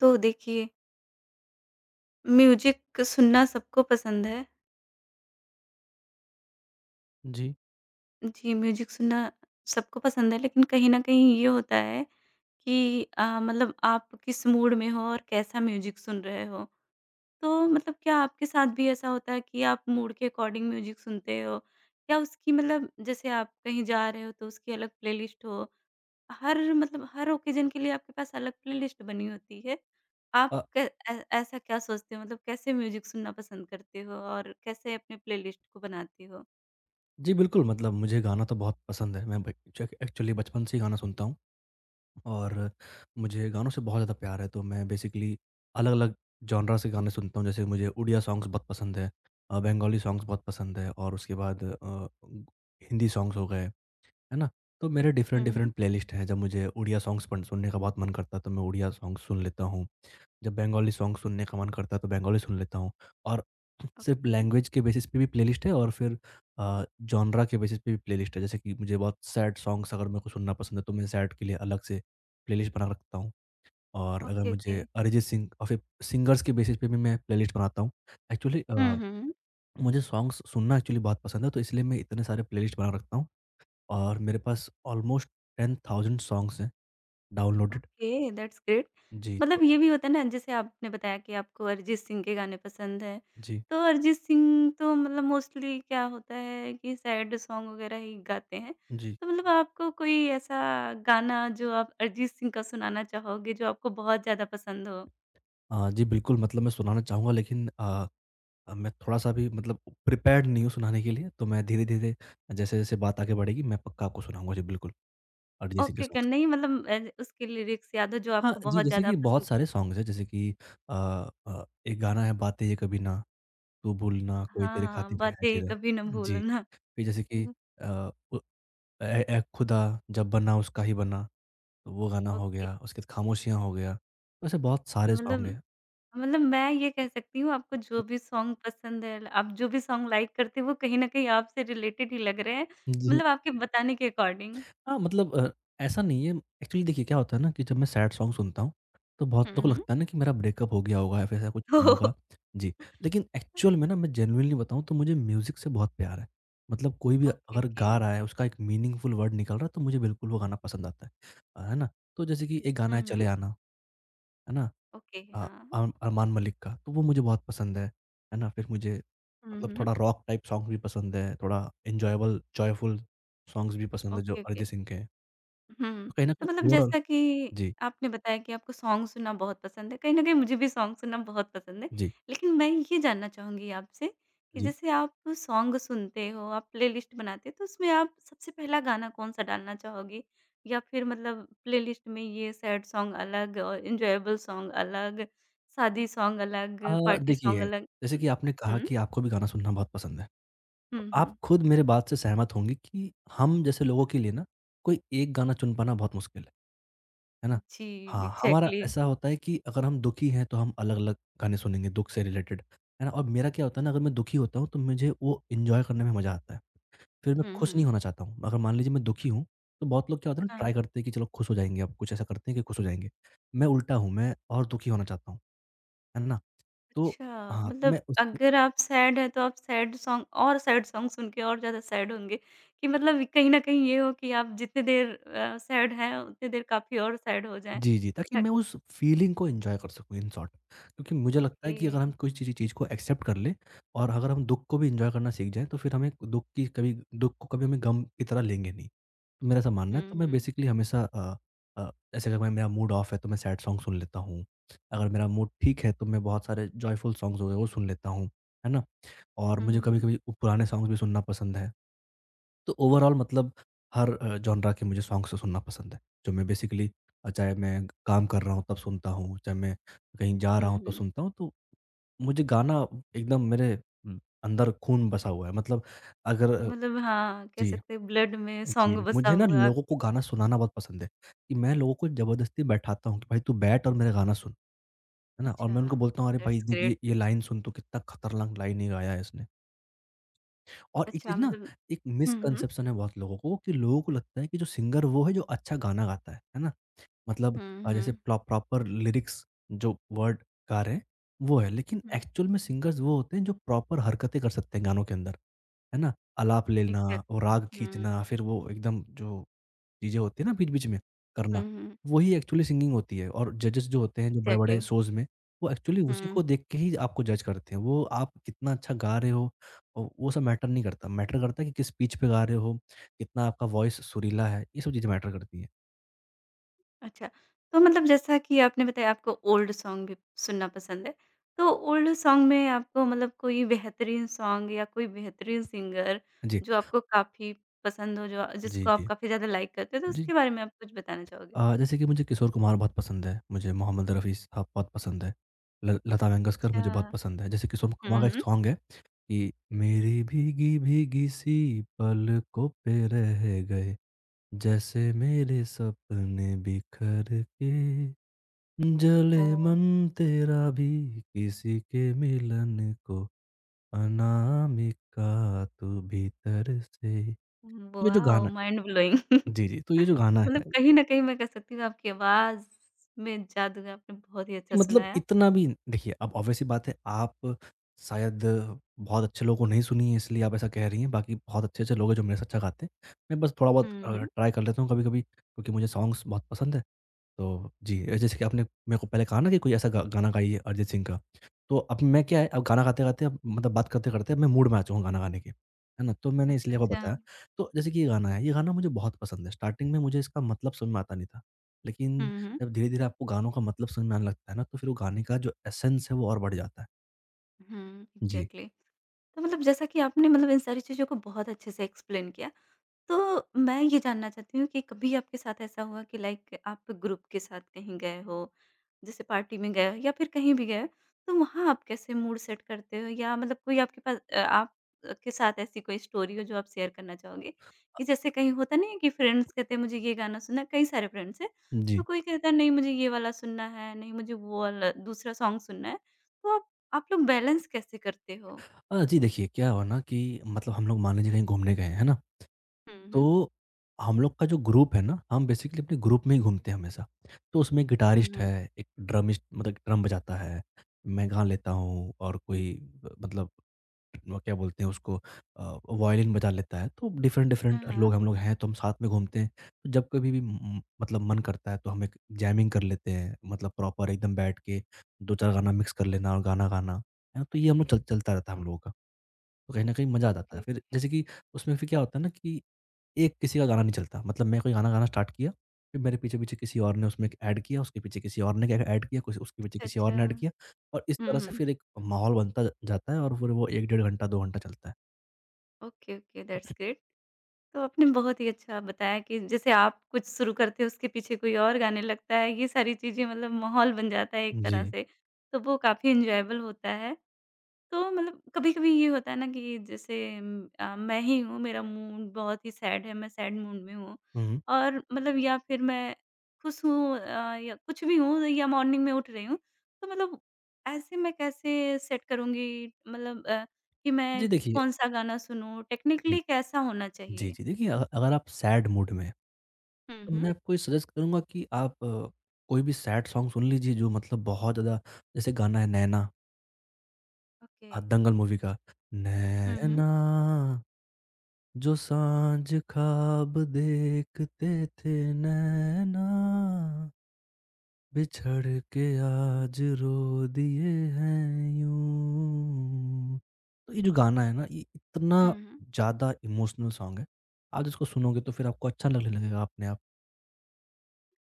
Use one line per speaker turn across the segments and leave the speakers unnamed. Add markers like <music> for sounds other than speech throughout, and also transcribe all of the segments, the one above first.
तो देखिए, म्यूज़िक सुनना सबको पसंद है।
जी।
जी, म्यूज़िक सुनना सबको पसंद है, लेकिन कहीं न कहीं ये होता है कि मतलब आप किस मूड में हो और कैसा म्यूज़िक सुन रहे हो। तो मतलब क्या आपके साथ भी ऐसा होता है कि आप मूड के अकॉर्डिंग म्यूज़िक सुनते हो? या उसकी मतलब जैसे आप कहीं जा रहे हो तो उसकी अलग प्लेलिस्ट हो, हर ओकेज़न के लिए आपके पास अलग प्लेलिस्ट बनी होती है। आप
अ,
क ऐ ऐसा क्या सोचते हो मतलब कैसे म्यूज़िक सुनना पसंद करते हो और कैसे अपने प्लेलिस्ट को बनाते हो?
जी बिल्कुल, मतलब मुझे गाना तो बहुत पसंद है। मैं ब चक एक्चुअली बचपन से ही गाना सुनता हूँ और मुझे गानों से बहुत ज़्यादा प्यार है, तो मैं बेसिकली अलग-अलग जॉनरा से गाने सुनता हूँ। जैसे मुझे उड़िया सॉन्ग्स बहुत पसंद है, बंगाली सॉन्ग्स बहुत पसंद है और उसके बाद हिंदी सॉन्ग्स हो गए। है ना? तो मेरे
हुँ,
डिफरेंट
हुँ।
डिफरेंट प्लेलिस्ट हैं, जब मुझे उड़िया सॉन्ग्स पन सुनने का बहुत मन करता है, तो मैं उड़िया सॉन्ग्स सुन लेता हूँ। जब बंगाली सॉन्ग सुनने का मन करता है, तो बंगाली सुन लेता हूँ और सिर्फ़
ओके।
लैंग्वेज के बेसिस पे भी प्लेलिस्ट है और फिर जॉनरा के बेसिस पे भी प्लेलिस्ट है। जैसे कि मुझे बहुत सैड सॉन्ग्स अगर मेरे को सुनना पसंद है, तो मैं सैड के लिए अलग से प्लेलिस्ट बना रखता हूँ और अगर
ओके, ओके।
मुझे अरिजीत सिंह और फिर सिंगर्स के बेसिस पे भी मैं प्लेलिस्ट बनाता हूँ। एक्चुअली
हुँ, हुँ।
मुझे सॉन्ग्स सुनना एक्चुअली बहुत पसंद है, तो इसलिए मैं इतने सारे प्लेलिस्ट बना रखता हूँ। और मेरे पास ऑलमोस्ट 10,000 सॉन्ग्स हैं डाउनलोडेड।
Okay, that's great.
जी,
मतलब
तो
ये भी होता है ना, जैसे आपने बताया कि आपको अरिजीत सिंह के गाने पसंद हैं,
जी,
तो अरिजीत सिंह तो मतलब मोस्टली क्या होता है कि सैड सॉन्ग वगैरह ही गाते हैं।
जी।
तो मतलब आपको कोई ऐसा गाना जो आप अरिजीत सिंह का सुनाना चाहोगे जो आपको बहुत ज़्यादा पसंद हो?
जी बिल्कुल, मतलब मैं सुनाना चाहूँगा लेकिन मैं थोड़ा-सा भी मतलब प्रिपेयर्ड नहीं हूँ सुनाने के लिए, तो मैं धीरे-धीरे जैसे-जैसे बात आगे बढ़ेगी मैं पक्का आपको सुनाऊँगा। जी बिल्कुल, अरिजीत सिंह के
ओके, ओके,
सॉन्ग्स।
नहीं मतलब उसके लिरिक्स याद हो जो
हाँ
आपको
जी,
बहुत
जैसे
ज़्यादा
कि बहुत
पसंद हो?
सारे सॉन्ग्स हैं जैसे कि अ एक गाना है बातें ये कभी ना, तू भूलना,
हाँ,
कोई
हाँ,
तेरे
हाँ,
खातिर है
बातें
जिया।
कभी ना
जी,
भूलना।
फिर जैसे कि
<laughs>
अ, उ ए ए खुदा जब बना उसका ही बना। तो वो गाना हो
ओके,
गया, उसके बाद खामोशियाँ हो गया, वैसे बहुत सारे
मतलब
सॉन्ग हैं।
मतलब मैं ये कह सकती हूँ आपको जो भी सॉन्ग पसंद है, आप जो भी सॉन्ग लाइक करते हो वो कहीं न कहीं आपसे रिलेटेड ही लग रहे हैं,
जी।
मतलब आपके बताने के अकॉर्डिंग।
हाँ, मतलब ऐसा नहीं है, एक्चुअली देखिए क्या होता है ना कि जब मैं सैड सॉन्ग सुनता हूँ, तो
हुँ,
बहुतों को
हुँ।
लगता है ना कि मेरा ब्रेकअप हो गया होगा या फिर ऐसा कुछ हुआ
<laughs>
होगा। जी, लेकिन एक्चुअल में ना मैं जेनुइनली बताऊँ तो मुझे म्यूज़िक से बहुत प्यार है। मतलब कोई भी
ओके,
अगर
ओके।
गा रहा है, उसका एक मीनिंगफुल वर्ड निकल रहा है तो मुझे बिल्कुल वो गाना पसंद आता है। है ना? तो जैसे कि एक गाना
हुँ,
है
हुँ।
चले आना, है ना?
ओके,
अ,
हाँ।
अम अरमान मलिक का, तो वो मुझे बहुत पसंद है ना? फिर मुझे
हुँ,
मतलब
हुँ।
थोड़ा रॉक टाइप सॉन्ग भी पसंद है, थोड़ा एन्जॉयबल, जॉयफुल सॉन्ग्स भी पसंद है जो
ओके, ओके।
अरिजीत सिंह के हैं।
हुँ।
तो कहीं न
तो
कहीं
मतलब
ओवरऑल
जैसा कि
जी,
आपने बताया कि आपको सॉन्ग सुनना बहुत पसंद है, कहीं न कहीं मुझे भी सॉन्ग सुनना बहुत पसंद है।
जी,
लेकिन मैं ये जानना चाहूँगी आपसे कि
जी।
जैसे आप सॉन्ग सुनते हो, आप प्लेलिस्ट बनाते हो, तो उसमें आप सबसे पहला गाना कौन-सा डालना चाहोगे? या फिर मतलब प्लेलिस्ट में ये सैड सॉन्ग अलग और एन्जॉयबल सॉन्ग अलग, शादी सॉन्ग अलग, पार्टी सॉन्ग
देखिए,
अलग।
जैसे कि आपने कहा
हुँ,
कि आपको भी गाना सुनना बहुत पसंद है,
हुँ,
तो
हुँ,
आप
हुँ।
खुद मेरे बात से सहमत होंगे कि हम जैसे लोगों के लिए ना कोई एक गाना चुन पाना बहुत मुश्किल है। है ना?
जी,
हाँ, हमारा
एग्ज़ैक्टली।
ऐसा होता है कि अगर हम दुखी हैं तो हम अलग-अलग गाने सुनेंगे दुःख से रिलेटेड, है ना? और मेरा क्या होता है ना अगर मैं दुखी होता हूँ तो मुझे वो एन्जॉय करने में मज़ा आता है। फिर मैं
हुँ,
खुश नहीं
हुँ।
होना चाहता हूँ। अगर मान लीजिए मैं दुखी हूँ, तो बहुत लोग क्या होता है ना
हाँ।
ट्राई करते हैं कि चलो खुश हो जाएँगे अब कुछ ऐसा करते हैं कि खुश हो जाएँगे। मैं उल्टा हूँ, मैं और दुखी होना चाहता हूँ, है ना? तो
अच्छा,
हाँ,
मतलब
मैं उस
अगर आप सैड हैं तो आप सैड सॉन्ग और सैड सॉन्ग सुन के और ज़्यादा सैड होंगे, कि मतलब कहीं न कहीं ये हो कि आप जितनी देर सैड हैं उतनी देर काफ़ी और सैड हो जाएँ।
जी, जी, ताकि
तक
मैं उस फ़ीलिंग को एन्जॉय कर सकूँ इन शॉर्ट। क्योंकि मुझे लगता
ओके।
है कि अगर हम कोई चीज़ चीज़ को एक्सेप्ट कर लें और अगर हम दुःख को भी एन्जॉय करना सीख जाएँ, तो फिर हमें दुःख की कभी दुःख को कभी हमें गम की तरह लेंगे नहीं। तो मेरा ऐसा मानना है,
हुँ,
तो मैं
हुँ।
बेसिकली हमेशा जैसे अगर मैं मेरा मूड ऑफ है, तो मैं सैड सॉन्ग सुन लेता हूँ। अगर मेरा मूड ठीक है, तो मैं बहुत सारे जॉयफुल सॉन्ग्स हो गए, वो सुन लेता हूँ। है ना? और
हुँ,
मुझे
हुँ।
कभी-कभी वो पुराने सॉन्ग्स भी सुनना पसंद है। तो ओवरऑल मतलब हर जॉनरा के मुझे सॉन्ग्स सुनना पसंद है। जो मैं बेसिकली चाहे मैं काम कर रहा हूँ तब सुनता हूँ, चाहे मैं कहीं जा रहा
हुँ,
हूँ तो
हुँ।
सुनता हूँ। तो मुझे गाना एकदम मेरे उम, अंदर खून बसा हुआ है। मतलब अगर
मतलब हाँ, कह
जी,
सकते हैं ब्लड में
जी।
सॉन्ग बसा
मुझे ना
हुआ है
लोगों
आपके।
को गाना सुनाना बहुत पसंद है, कि मैं लोगों को ज़बरदस्ती बैठाता हूँ कि भाई तू बैठ और मेरा गाना सुन, है ना? और
अच्छा,
मैं उनको बोलता हूँ अरे भाई
दैट्स ग्रेट।
ये लाइन सुन तू कितना खतरनाक लाइन ये गाया है इसने। और एक
अच्छा
चीज़ ना,
मतलब,
एक
हुँ, हुँ।
मिसकंसेप्शन है बहुत लोगों को कि लोगों को लगता है कि जो सिंगर वो है जो अच्छा गाना गाता है ना? मतलब
हुँ,
अ, जैसे
हुँ।
प्रो प्रॉपर लिरिक्स जो वर्ड गा रहे हैं, वो है। लेकिन
हुँ,
एक्चुअल में सिंगर्स वो होते हैं जो प्रॉपर हरकतें कर सकते हैं गानों के अंदर, है ना? आलाप लेना, वो
एग्ज़ैक्टली।
राग
हुँ।
खींचना, फिर वो एकदम जो चीज़ें होती है ना बीच-बीच में
हुँ,
करना,
हुँ।
वही एक्चुअली सिंगिंग होती है और जजेस जो होते हैं जो
एग्ज़ैक्टली।
बड़े-बड़े शोज़ में, वो एक्चुअली उसी
हुँ।
को देख के ही आपको जज करते हैं। वो आप कितना अच्छा गा रहे हो और वो सब मैटर नहीं करता, मैटर करता है कि किस पिच पे गा रहे हो, कितना आपका वॉइस सुरीला है, ये सब चीज़ें मैटर करती हैं।
अच्छा, तो मतलब जैसा कि आपने बताया आपको ओल्ड सॉन्ग भी सुनना पसंद है। तो ओल्ड सॉन्ग में आपको मतलब कोई बेहतरीन सॉन्ग या कोई बेहतरीन सिंगर
जी।
जो आपको काफ़ी पसंद हो, जो
जी,
जिसको आप
जी।
काफ़ी ज़्यादा लाइक करते हो, तो
जी
उसके बारे में आप कुछ बताना चाहोगे?
जैसे कि मुझे किशोर कुमार बहुत पसंद है, मुझे मोहम्मद रफ़ी साहब बहुत पसंद है, ल लता मंगेशकर मुझे
अच्छा।
बहुत पसंद है। जैसे किशोर
हुँ,
कुमार का एक
हुँ।
सॉन्ग है कि मेरी भीगी-भीगी सी पलकों पे रह गए जैसे मेरे सपने बिखर के जले
वो
मन तेरा भी किसी के मिलन को अनामिका तू भीतर से ये जो
वॉव!
गाना
माइंड ब्लोइंग। <laughs>
जी, जी, तो ये जो गाना है
मतलब कहीं न कहीं मैं कह सकती हूँ आपकी आवाज़ में जादू है, आपने बहुत ही अच्छा
मतलब
सुनाया।
इतना भी देखिए, अब ऑब्वियस सी बात है आप शायद बहुत अच्छे लोगों को नहीं सुनी है इसलिए आप ऐसा कह रही हैं, बाकी बहुत अच्छे-अच्छे लोग हैं जो मेरे से अच्छा गाते हैं। मैं बस थोड़ा-बहुत
हुँ, हुँ।
ट्राई कर लेता हूँ कभी-कभी क्योंकि मुझे सॉन्ग्स बहुत पसंद है। तो जी, जैसे कि आपने मेरे को पहले कहा ना कि कोई ऐसा गा गाना गाइए अरिजीत सिंह का, तो अब मैं क्या है अब गाना गाते-गाते अब मतलब बात करते-करते अब मैं मूड में आ चुका हूँ गाना गाने के, है ना? तो मैंने
अच्छा,
इसलिए आपको
अच्छा।
बताया। तो जैसे कि ये गाना है, ये गाना मुझे बहुत पसंद है। स्टार्टिंग में मुझे इसका मतलब समझ में आता नहीं था, लेकिन
हुँ, हुँ।
जब धीरे-धीरे आपको गानों का मतलब समझ में आने लगता है ना, तो फिर वो गाने का जो एसेंस है वो और बढ़ जाता है।
हुँ,
जी,
एग्ज़ैक्टली। तो मतलब जैसा कि आपने मतलब इन सारी चीज़ों को बहुत अच्छे से एक्सप्लेन किया, तो मैं ये जानना चाहती हूँ कि कभी आपके साथ ऐसा हुआ कि लाइक आप ग्रुप के साथ कहीं गए हो, जैसे पार्टी में गए हो या फिर कहीं भी गए हो, तो वहाँ आप कैसे मूड सेट करते हो? या मतलब कोई आपके पास आप के साथ ऐसी कोई स्टोरी हो जो आप शेयर करना चाहोगे? कि जैसे कहीं होता नहीं है कि फ्रेंड्स कहते हैं मुझे ये गाना सुनना है, कई सारे फ्रेंड्स हैं, तो
जी।
कोई कहता है नहीं मुझे ये वाला सुनना है, नहीं मुझे वो वाला दूसरा सॉन्ग सुनना है, तो आप लोग बैलेंस कैसे करते हो?
जी देखिए क्या हुआ ना कि मतलब हम लोग मान लीजिए कहीं घूमने गए, है ना?
हुँ, हुँ।
तो हम लोग का जो ग्रुप है ना, हम बेसिकली अपने ग्रुप में ही घूमते हैं हमेशा। तो उसमें एक
हुँ,
गिटारिस्ट
हुँ।
है, एक ड्रमिस्ट मतलब ड्रम बजाता है, मैं गा लेता हूँ और कोई ब मतलब वो क्या बोलते हैं उसको वायलिन बजा लेता है, तो डिफरेंट
हाँ,
डिफरेंट लोग
हाँ।
हम लोग हैं, तो हम साथ में घूमते हैं। तो जब कभी भी म मतलब मन करता है तो हम एक जैमिंग कर लेते हैं, मतलब प्रॉपर एकदम बैठ के 2-4 गाना मिक्स कर लेना और गाना गाना, है ना? तो ये हम लोग चल चलता रहता है हम लोगों का। तो कहीं न कहीं मज़ा आ जाता
ओके,
है। फिर
ओके।
जैसे कि उसमें फिर क्या होता है ना कि एक किसी का गाना नहीं चलता। मतलब मैं कोई गाना गाना स्टार्ट किया, फिर मेरे पीछे-पीछे किसी और ने उसमें एक ऐड किया, उसके पीछे किसी और ने एक ऐड किया, कुछ उसके पीछे
अच्छा,
किसी और
अच्छा।
ने ऐड किया और इस
हुँ,
तरह से
हुँ।
फिर एक माहौल बनता ज जाता है और फिर वो 1 डेढ़ घंटा, 2 घंटा चलता है।
Okay, okay, that's
<laughs>
great. तो आपने बहुत ही अच्छा बताया कि जैसे आप कुछ शुरू करते हो उसके पीछे कोई और गाने लगता है, ये सारी चीज़ें मतलब माहौल बन जाता है एक तरह
जी।
से, तो वो काफ़ी एन्जॉयबल होता है। तो मतलब कभी-कभी ये होता है ना कि जैसे मैं ही हूँ, मेरा मूड बहुत ही सैड है, मैं सैड मूड में हूँ
हुँ।
और मतलब या फिर मैं खुश हूँ या कुछ भी हूँ या मॉर्निंग में उठ रही हूँ, तो मतलब ऐसे मैं कैसे सेट करूँगी मतलब कि मैं
जी, देखिए
कौन-सा गाना सुनूँ?
जी।
टेक्निकली कैसा होना
जी,
चाहिए?
जी। देखिए अगर आप सैड मूड में हैं,
हुँ,
तो
हुँ।
मैं आपको ये सजेस्ट करूँगा कि आप कोई भी सैड सॉन्ग सुन लीजिए जो मतलब बहुत ज़्यादा जैसे गाना है नैना
ओके।
दंगल मूवी का,
हुँ, हुँ।
नैना जो सांझ ख्वाब देखते थे नैना बिछड़ के आज रो दिए हैं यूं तो ये जो गाना है ना ये इतना
हुँ, हुँ।
ज़्यादा इमोशनल सॉन्ग है। आप इसको सुनोगे तो फिर आपको अच्छा लगने लगेगा अपने आप।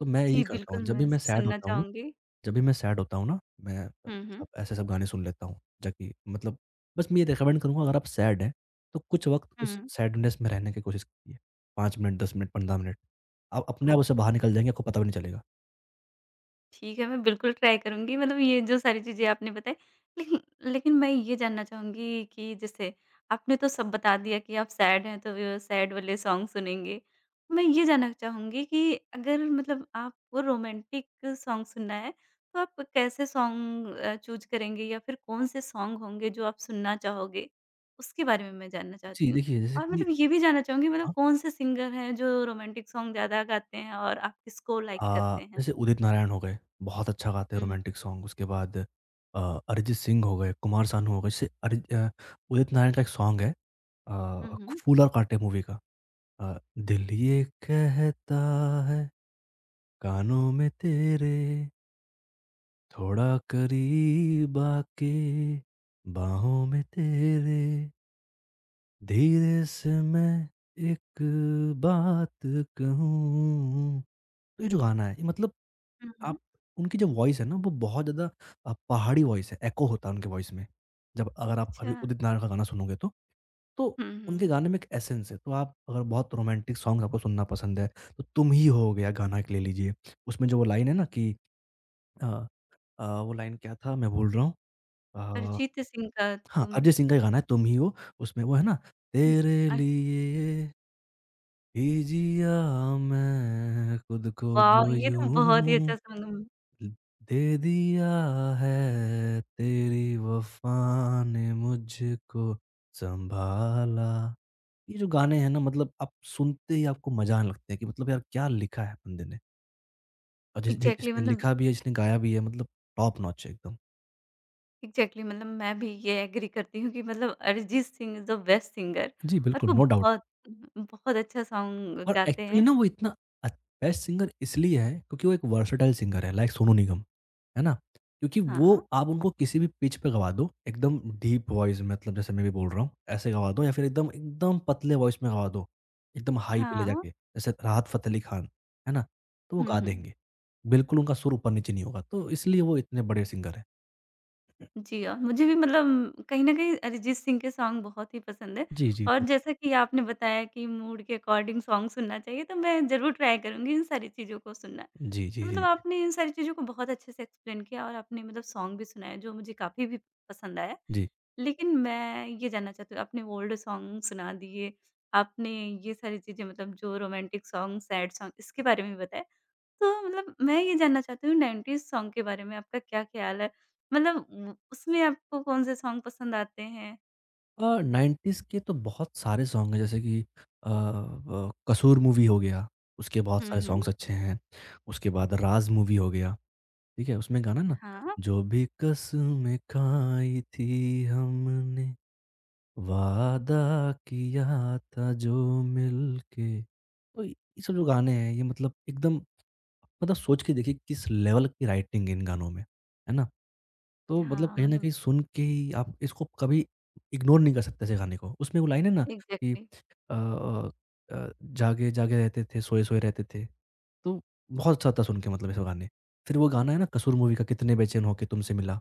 तो मैं
जी,
यही करता हूँ
बिल्कुल
जब
मैं
भी मैं सैड
सुनना
होता हूँ,
चाहूँगी।
जब भी मैं सैड होता हूँ ना, मैं
हुँ, हुँ।
मतलब ऐसे सब गाने सुन लेता हूँ। जाकि मतलब बस मैं ये रिकमेंड करूँगा अगर आप सैड हैं, तो कुछ वक़्त उस
हुँ।
सैडनेस में रहने की कोशिश कीजिए। 5 मिनट, 10 मिनट, 15 मिनट। आप अपने आप
ओके।
उससे बाहर निकल जाएँगे, आपको पता भी नहीं चलेगा।
ठीक है, मैं बिल्कुल ट्राई करूँगी मतलब ये जो सारी चीज़ें आपने बताई। लेकिन लेकिन मैं ये जानना चाहूँगी कि जैसे आपने तो सब बता दिया कि आप सैड हैं तो सैड वाले सॉन्ग सुनेंगे। मैं ये जानना चाहूँगी कि अगर मतलब आपको रोमांटिक सॉन्ग सुनना है तो आप कैसे सॉन्ग चूज़ करेंगे या फिर कौन-से सॉन्ग होंगे जो आप सुनना चाहोगे? उसके बारे में मैं जानना चाहती
जी,
हूँ।
देखिए जैसे
और
कि
मतलब ये भी जानना चाहूँगी मतलब
हाँ
कौन-से सिंगर हैं जो रोमांटिक सॉन्ग ज़्यादा गाते हैं और आप किसको लाइक करते हैं?
जैसे उदित नारायण हो गए, बहुत अच्छा गाते हैं रोमांटिक सॉन्ग। उसके बाद अ, अरिजीत सिंह हो गए, कुमार सानू हो गए। जैसे उदित नारायण का एक सॉन्ग है
हुँ, हुँ।
फूल और कांटे मूवी का दिल
हुँ।
ये कहता है कानों में तेरे थोड़ा करीब आके बाहों में तेरे धीरे से मैं एक बात कहूँ तो ये जो गाना है ये मतलब
हुँ, हुँ।
आप उनकी जो वॉइस है ना वो बहुत ज़्यादा पहाड़ी वॉइस है। एको होता है उनके वॉइस में। जब अगर आप कभी
अच्छा।
उदित नारायण का गाना सुनोगे तो, तो
हुँ,
उनके
हुँ।
गाने में एक एसेंस है। तो आप अगर बहुत रोमांटिक सॉन्ग आपको सुनना पसंद है तो तुम ही हो गया गाना एक ले लीजिए। उसमें जो वो लाइन है ना कि अ वो लाइन क्या था मैं भूल रहा हूँ। अ,
अरिजीत सिंह का
हाँ,
तुम।
अरिजीत सिंह का ही गाना है तुम ही हो, उसमें वो है ना,
हुँ।
तेरे
अ,
लिए ही जिया, मैं खुद को
वाओ!
जो
ये तो बहुत ही अच्छा
यूँ
सॉन्ग।
दे दिया है, तेरी वफ़ा ने मुझको सँभाला। ये जो गाने हैं ना मतलब आप सुनते ही आपको मज़ा आने लगता है कि मतलब यार क्या लिखा है बंदे ने और जिस
एग्ज़ैक्टली
जिसने
मतलब
लिखा भी है, जिसने गाया भी है, मतलब टॉप नॉच है एकदम।
एग्ज़ैक्टली मतलब मैं भी ये एग्री करती हूँ कि मतलब Arijit Singh is the best singer
जी
और
बिल्कुल,
वो
नो डाउट।
बहुत बहुत अच्छा सॉन्ग
और
गाते
एक्चुअली
हैं।
ना वो इतना अ, बेस्ट सिंगर इसलिए है क्योंकि वो एक वर्सेटाइल सिंगर है लाइक सोनू निगम, है ना? क्योंकि
हाँ।
वो, आप उनको किसी भी पिच पे गवा दो, एकदम डीप वॉइस मतलब जैसे मैं भी बोल रहा हूँ, ऐसे गवा दो या फिर एकदम एकदम पतले वॉइस में गवा दो, एकदम हाई पे ले
हाँ। हाँ।
जाके, जैसे राहत फ़तेह अली खान, है ना? तो वो
हुँ,
गा
हुँ।
देंगे। बिल्कुल उनका सुर ऊपर-नीचे नहीं होगा, तो इसलिए वो इतने बड़े सिंगर हैं।
जी और मुझे भी मतलब कहीं न कहीं अरिजीत सिंह के सॉन्ग बहुत ही पसंद है।
जी, जी,
और
बिल्कुल।
जैसा कि आपने बताया कि मूड के अकॉर्डिंग सॉन्ग सुनना चाहिए, तो मैं ज़रूर ट्राई करूँगी इन सारी चीज़ों को सुनना।
जी,
तो
जी, जी,
मतलब
जी।
आपने इन सारी चीज़ों को बहुत अच्छे से एक्सप्लेन किया और आपने मतलब सॉन्ग भी सुनाए जो मुझे काफ़ी भी पसंद आया।
जी।
लेकिन मैं ये जानना चाहती हूँ, आपने ओल्ड सॉन्ग सुना दिए, आपने ये सारी चीज़ें मतलब जो रोमांटिक सॉन्ग, सैड सॉन्ग, इसके बारे में भी बताया। तो मतलब मैं ये जानना चाहती हूँ 90s सॉन्ग के बारे में आपका क्या ख़्याल है? मतलब उसमें आपको कौन-से सॉन्ग पसंद आते हैं?
90s के तो बहुत सारे सॉन्ग हैं जैसे कि अ, ब कसूर मूवी हो गया, उसके बहुत
हुँ,
सारे
हुँ।
सॉन्ग्स अच्छे हैं। उसके बाद राज मूवी हो गया, ठीक है? उसमें गाना ना,
हाँ,
जो भी कसमें खाई थी हमने, वादा किया था जो मिलके। तो ये सब जो गाने हैं ये मतलब एकदम, मतलब सोच के देखिए किस लेवल की राइटिंग है इन गानों में, है ना? तो मतलब
हाँ,
कहीं न
मतलब
कहीं सुन के ही आप इसको कभी इग्नोर नहीं कर सकते ऐसे गाने को। उसमें वो लाइन है ना कि
एग्ज़ैक्टली।
अ जागे जागे रहते थे, सोए सोए रहते थे। तो बहुत अच्छा था सुन के मतलब ऐसे गाने। फिर वो गाना है ना कसूर मूवी का, कितने बेचैन होके तुमसे मिला।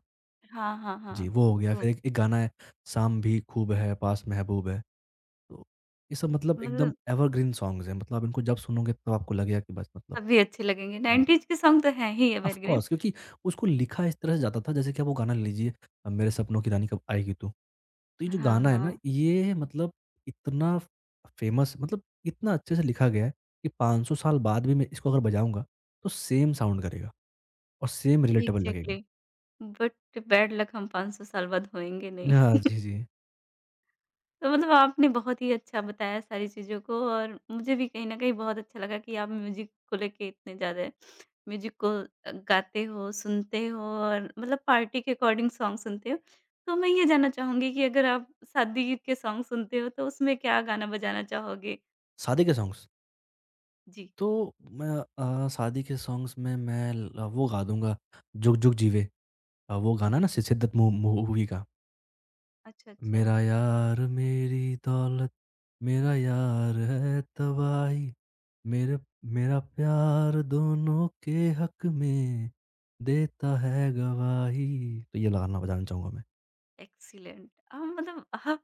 हाँ, हाँ,
जी,
हाँ,
वो हो गया।
उनको
फिर एक एक गाना है, शाम भी खूब है पास महबूब है। तो ये सब मतलब एकदम
मतलब
एवरग्रीन सॉन्ग्स हैं। मतलब आप इनको जब सुनोगे तब आपको लगेगा कि बस मतलब
सभी अच्छे लगेंगे,
जी।
90s के सॉन्ग तो हैं ही
ऑफ
एवरग्रीन।
कोर्स, क्योंकि उसको लिखा इस तरह से जाता था जैसे कि आप वो गाना ले लीजिए, मेरे सपनों की रानी कब आएगी तू। तो ये जो
हाँ,
गाना है ना,
हाँ,
ये मतलब इतना फेमस, मतलब इतना अच्छे से लिखा गया है कि 500 साल बाद भी मैं इसको अगर बजाऊँगा, तो सेम साउंड करेगा और सेम रिलेटेबल लगेगा।
एग्ज़ैक्टली, बट बैड लक, हम 500 साल बाद होएँगे नहीं।
हाँ, जी, जी।
तो मतलब आपने बहुत ही अच्छा बताया सारी चीज़ों को और मुझे भी कहीं न कहीं बहुत अच्छा लगा कि आप म्यूज़िक को लेके इतने ज़्यादा म्यूज़िक को गाते हो, सुनते हो और मतलब पार्टी के अकॉर्डिंग सॉन्ग सुनते हो। तो मैं ये जानना चाहूँगी कि अगर आप शादी के सॉन्ग सुनते हो तो उसमें क्या गाना बजाना चाहोगे?
शादी के सॉन्ग्स,
जी।
तो मैं शादी के सॉन्ग्स में मैं ल वो गा दूँगा, जुग जुग जीवे। वो गाना ना सि सिद्दत मू मूवी का।
अच्छा, अच्छा।
मेरा यार मेरी दौलत, मेरा यार है तबाही, मेरे मेरा प्यार दोनों के हक में देता है गवाही। तो ये गाना बजाना चाहूँगा मैं।
एक्सीलेंट, मतलब आप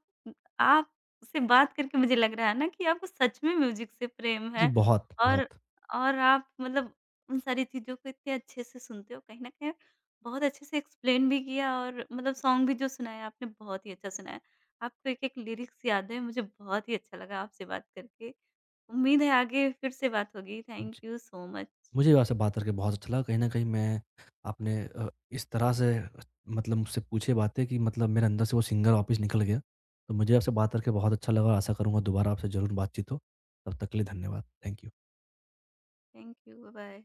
आपसे बात करके मुझे लग रहा है ना कि आपको सच में म्यूज़िक से प्रेम
जी,
है।
बहुत,
और
बहुत।
और आप मतलब उन सारी चीज़ों को इतने अच्छे से सुनते हो, कहीं न कहीं बहुत अच्छे से एक्सप्लेन भी किया और मतलब सॉन्ग भी जो सुनाया आपने बहुत ही अच्छा सुनाया। आपको एक-एक लिरिक्स याद है, मुझे बहुत ही अच्छा लगा आपसे बात करके। उम्मीद है आगे फिर से बात होगी। थैंक
जी,
यू सो मच।
मुझे भी आपसे बात करके बहुत अच्छा लगा। कहीं न कहीं मैं आपने इस तरह से मतलब मुझसे पूछी बातें कि मतलब मेरे अंदर से वो सिंगर वापस निकल गया। तो मुझे आपसे बात करके बहुत अच्छा लगा और आशा करूँगा दोबारा आपसे ज़रूर बातचीत हो। तब तक के लिए धन्यवाद। Thank you.
Thank you, bye-bye.